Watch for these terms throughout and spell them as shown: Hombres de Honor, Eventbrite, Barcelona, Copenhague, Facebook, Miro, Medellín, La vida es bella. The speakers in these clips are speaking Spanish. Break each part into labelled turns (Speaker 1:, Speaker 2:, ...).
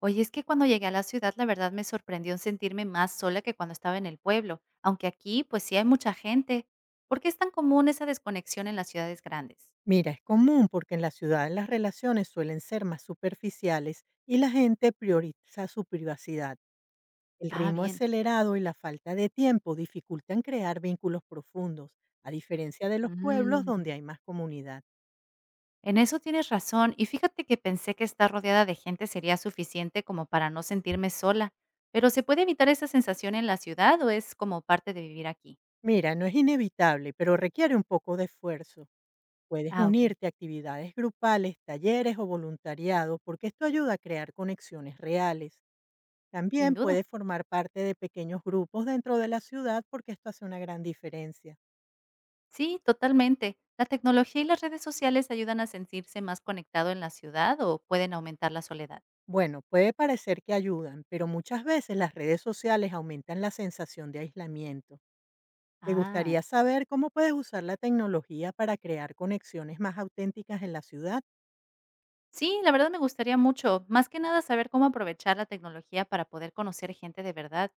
Speaker 1: Oye, es que cuando llegué a la ciudad, la verdad me sorprendió en sentirme más sola que cuando estaba en el pueblo, aunque aquí pues sí hay mucha gente. ¿Por qué es tan común esa desconexión en las ciudades grandes?
Speaker 2: Mira, es común porque en la ciudad las relaciones suelen ser más superficiales y la gente prioriza su privacidad. El
Speaker 1: Ah,
Speaker 2: ritmo
Speaker 1: bien.
Speaker 2: acelerado y la falta de tiempo dificultan crear vínculos profundos, a diferencia de los pueblos
Speaker 1: Mm,
Speaker 2: donde hay más comunidad.
Speaker 1: En eso tienes razón, y fíjate que pensé que estar rodeada de gente sería suficiente como para no sentirme sola, pero ¿se puede evitar esa sensación en la ciudad o es como parte de vivir aquí?
Speaker 2: Mira, no es inevitable, pero requiere un poco de esfuerzo. Puedes
Speaker 1: Ah, ok,
Speaker 2: unirte a actividades grupales, talleres o voluntariado porque esto ayuda a crear conexiones reales.
Speaker 1: sin
Speaker 2: También
Speaker 1: duda.
Speaker 2: puede formar parte de pequeños grupos dentro de la ciudad porque esto hace una gran diferencia.
Speaker 1: Sí, totalmente. ¿La tecnología y las redes sociales ayudan a sentirse más conectado en la ciudad o pueden aumentar la soledad?
Speaker 2: Bueno, puede parecer que ayudan, pero muchas veces las redes sociales aumentan la sensación de aislamiento. ¿Te
Speaker 1: Ah,
Speaker 2: gustaría saber cómo puedes usar la tecnología para crear conexiones más auténticas en la ciudad?
Speaker 1: sí, la verdad me gustaría mucho, más que nada saber cómo aprovechar la tecnología para poder conocer gente de verdad.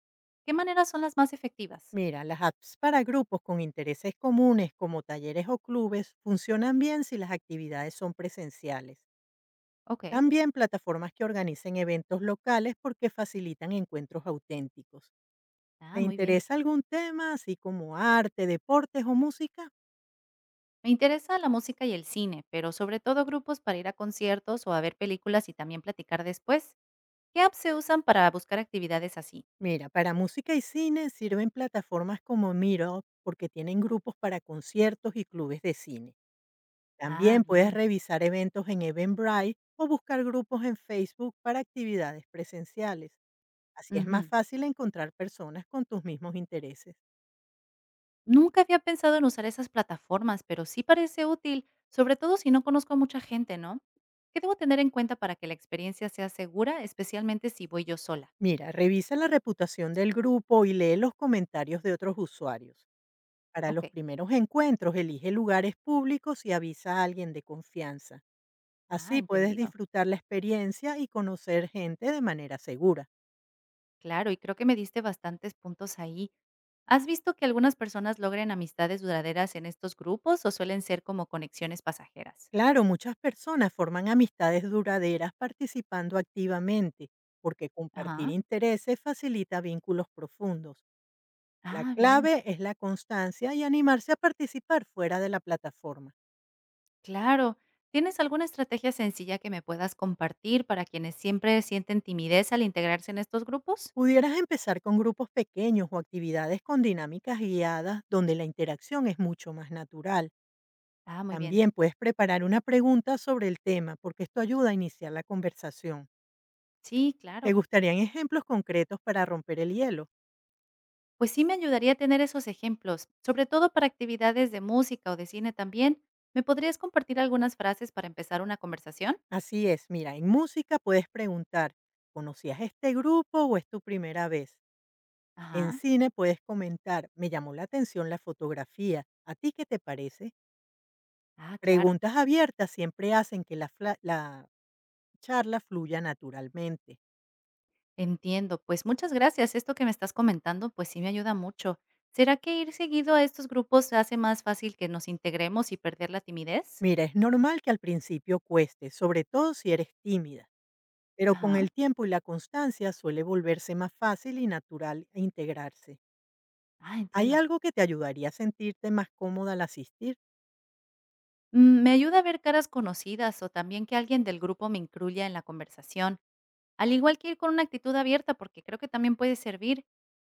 Speaker 1: ¿Qué maneras son las más efectivas?
Speaker 2: Mira, las apps para grupos con intereses comunes como talleres o clubes funcionan bien si las actividades son presenciales.
Speaker 1: Ok,
Speaker 2: También plataformas que organicen eventos locales porque facilitan encuentros auténticos. ¿Te
Speaker 1: ah, muy bien.
Speaker 2: interesa algún tema, así como arte, deportes o música?
Speaker 1: Me interesa la música y el cine, pero sobre todo grupos para ir a conciertos o a ver películas y también platicar después. ¿Qué apps se usan para buscar actividades así?
Speaker 2: Mira, para música y cine sirven plataformas como Miro porque tienen grupos para conciertos y clubes de cine.
Speaker 1: Ah,
Speaker 2: También puedes
Speaker 1: bien.
Speaker 2: revisar eventos en Eventbrite o buscar grupos en Facebook para actividades presenciales. Así es más
Speaker 1: Ujú.
Speaker 2: fácil encontrar personas con tus mismos intereses.
Speaker 1: Nunca había pensado en usar esas plataformas, pero sí parece útil, sobre todo si no conozco a mucha gente, ¿no? ¿Qué debo tener en cuenta para que la experiencia sea segura, especialmente si voy yo sola?
Speaker 2: Mira, revisa la reputación del grupo y lee los comentarios de otros usuarios. Para
Speaker 1: Ok.
Speaker 2: los primeros encuentros, elige lugares públicos y avisa a alguien de confianza.
Speaker 1: Ah,
Speaker 2: Así puedes
Speaker 1: entendido.
Speaker 2: disfrutar la experiencia y conocer gente de manera segura.
Speaker 1: Claro, y creo que me diste bastantes puntos ahí. ¿Has visto que algunas personas logren amistades duraderas en estos grupos o suelen ser como conexiones pasajeras?
Speaker 2: Claro, muchas personas forman amistades duraderas participando activamente, porque compartir
Speaker 1: Ajá.
Speaker 2: intereses facilita vínculos profundos. La
Speaker 1: Ah, bien.
Speaker 2: clave es la constancia y animarse a participar fuera de la plataforma.
Speaker 1: Claro. ¿Tienes alguna estrategia sencilla que me puedas compartir para quienes siempre sienten timidez al integrarse en estos grupos?
Speaker 2: Pudieras empezar con grupos pequeños o actividades con dinámicas guiadas donde la interacción es mucho más natural.
Speaker 1: Ah, muy bien.
Speaker 2: También puedes preparar una pregunta sobre el tema, porque esto ayuda a iniciar la conversación.
Speaker 1: Sí,
Speaker 2: ¿Te
Speaker 1: claro.
Speaker 2: gustarían ejemplos concretos para romper el hielo?
Speaker 1: Pues sí me ayudaría tener esos ejemplos, sobre todo para actividades de música o de cine también. ¿Me podrías compartir algunas frases para empezar una conversación?
Speaker 2: Así es, mira, en música puedes preguntar, ¿conocías este grupo o es tu primera vez? En
Speaker 1: Ajá.
Speaker 2: cine puedes comentar, me llamó la atención la fotografía, ¿a ti qué te parece?
Speaker 1: Ah, claro.
Speaker 2: Preguntas abiertas siempre hacen que la charla fluya naturalmente.
Speaker 1: Entiendo. Pues muchas gracias. Esto que me estás comentando, pues sí me ayuda mucho. ¿Será que ir seguido a estos grupos hace más fácil que nos integremos y perder la timidez?
Speaker 2: Mira, es normal que al principio cueste, sobre todo si eres tímida, pero con
Speaker 1: Ajá.
Speaker 2: el tiempo y la constancia suele volverse más fácil y natural e integrarse.
Speaker 1: Ah,
Speaker 2: ¿Hay
Speaker 1: entiendo.
Speaker 2: algo que te ayudaría a sentirte más cómoda al asistir?
Speaker 1: Me ayuda a ver caras conocidas o también que alguien del grupo me incluya en la conversación. Al igual que ir con una actitud abierta, porque creo que también puede servir.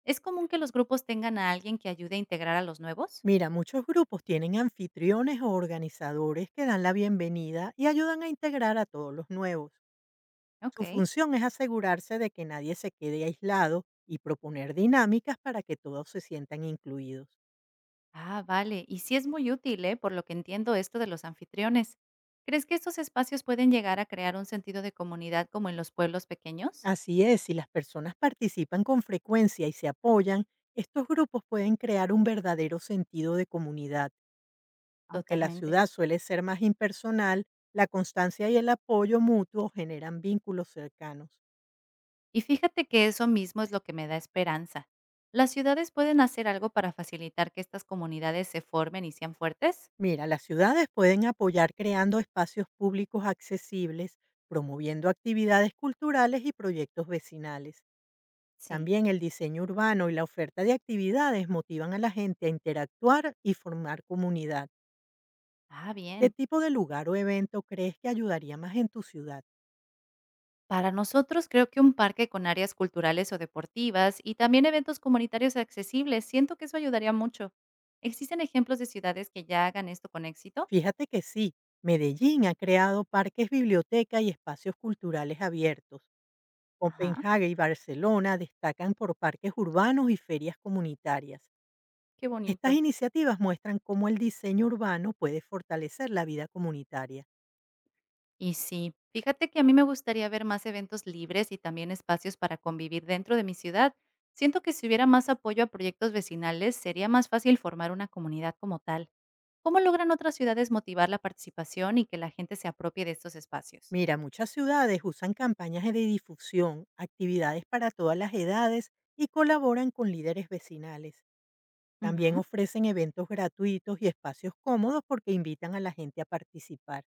Speaker 1: ¿Es común que los grupos tengan a alguien que ayude a integrar a los nuevos?
Speaker 2: Mira, muchos grupos tienen anfitriones o organizadores que dan la bienvenida y ayudan a integrar a todos los nuevos.
Speaker 1: Ok.
Speaker 2: Su función es asegurarse de que nadie se quede aislado y proponer dinámicas para que todos se sientan incluidos.
Speaker 1: Ah, vale. Y sí es muy útil, ¿eh? Por lo que entiendo esto de los anfitriones. ¿Crees que estos espacios pueden llegar a crear un sentido de comunidad como en los pueblos pequeños?
Speaker 2: Así es, si las personas participan con frecuencia y se apoyan, estos grupos pueden crear un verdadero sentido de comunidad. Aunque la
Speaker 1: Totalmente.
Speaker 2: ciudad suele ser más impersonal, la constancia y el apoyo mutuo generan vínculos cercanos.
Speaker 1: Y fíjate que eso mismo es lo que me da esperanza. ¿Las ciudades pueden hacer algo para facilitar que estas comunidades se formen y sean fuertes?
Speaker 2: Mira, las ciudades pueden apoyar creando espacios públicos accesibles, promoviendo actividades culturales y proyectos vecinales.
Speaker 1: Sí.
Speaker 2: También el diseño urbano y la oferta de actividades motivan a la gente a interactuar y formar comunidad.
Speaker 1: Ah,
Speaker 2: ¿Qué
Speaker 1: bien.
Speaker 2: tipo de lugar o evento crees que ayudaría más en tu ciudad?
Speaker 1: Para nosotros, creo que un parque con áreas culturales o deportivas y también eventos comunitarios accesibles, siento que eso ayudaría mucho. ¿Existen ejemplos de ciudades que ya hagan esto con éxito?
Speaker 2: Fíjate que sí, Medellín ha creado parques, biblioteca y espacios culturales abiertos.
Speaker 1: Ajá,
Speaker 2: Copenhague y Barcelona destacan por parques urbanos y ferias comunitarias.
Speaker 1: qué
Speaker 2: Estas
Speaker 1: bonito.
Speaker 2: iniciativas muestran cómo el diseño urbano puede fortalecer la vida comunitaria.
Speaker 1: Y sí, fíjate que a mí me gustaría ver más eventos libres y también espacios para convivir dentro de mi ciudad. Siento que si hubiera más apoyo a proyectos vecinales, sería más fácil formar una comunidad como tal. ¿Cómo logran otras ciudades motivar la participación y que la gente se apropie de estos espacios?
Speaker 2: Mira, muchas ciudades usan campañas de difusión, actividades para todas las edades y colaboran con líderes vecinales. También
Speaker 1: Ujú.
Speaker 2: ofrecen eventos gratuitos y espacios cómodos porque invitan a la gente a participar.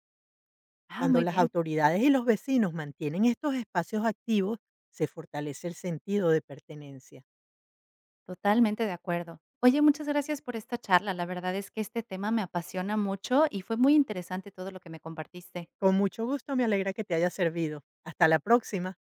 Speaker 1: Ah,
Speaker 2: Cuando
Speaker 1: muy
Speaker 2: las
Speaker 1: bien.
Speaker 2: autoridades y los vecinos mantienen estos espacios activos, se fortalece el sentido de pertenencia.
Speaker 1: Totalmente de acuerdo. Oye, muchas gracias por esta charla. La verdad es que este tema me apasiona mucho y fue muy interesante todo lo que me compartiste.
Speaker 2: Con mucho gusto, me alegra que te haya servido. Hasta la próxima.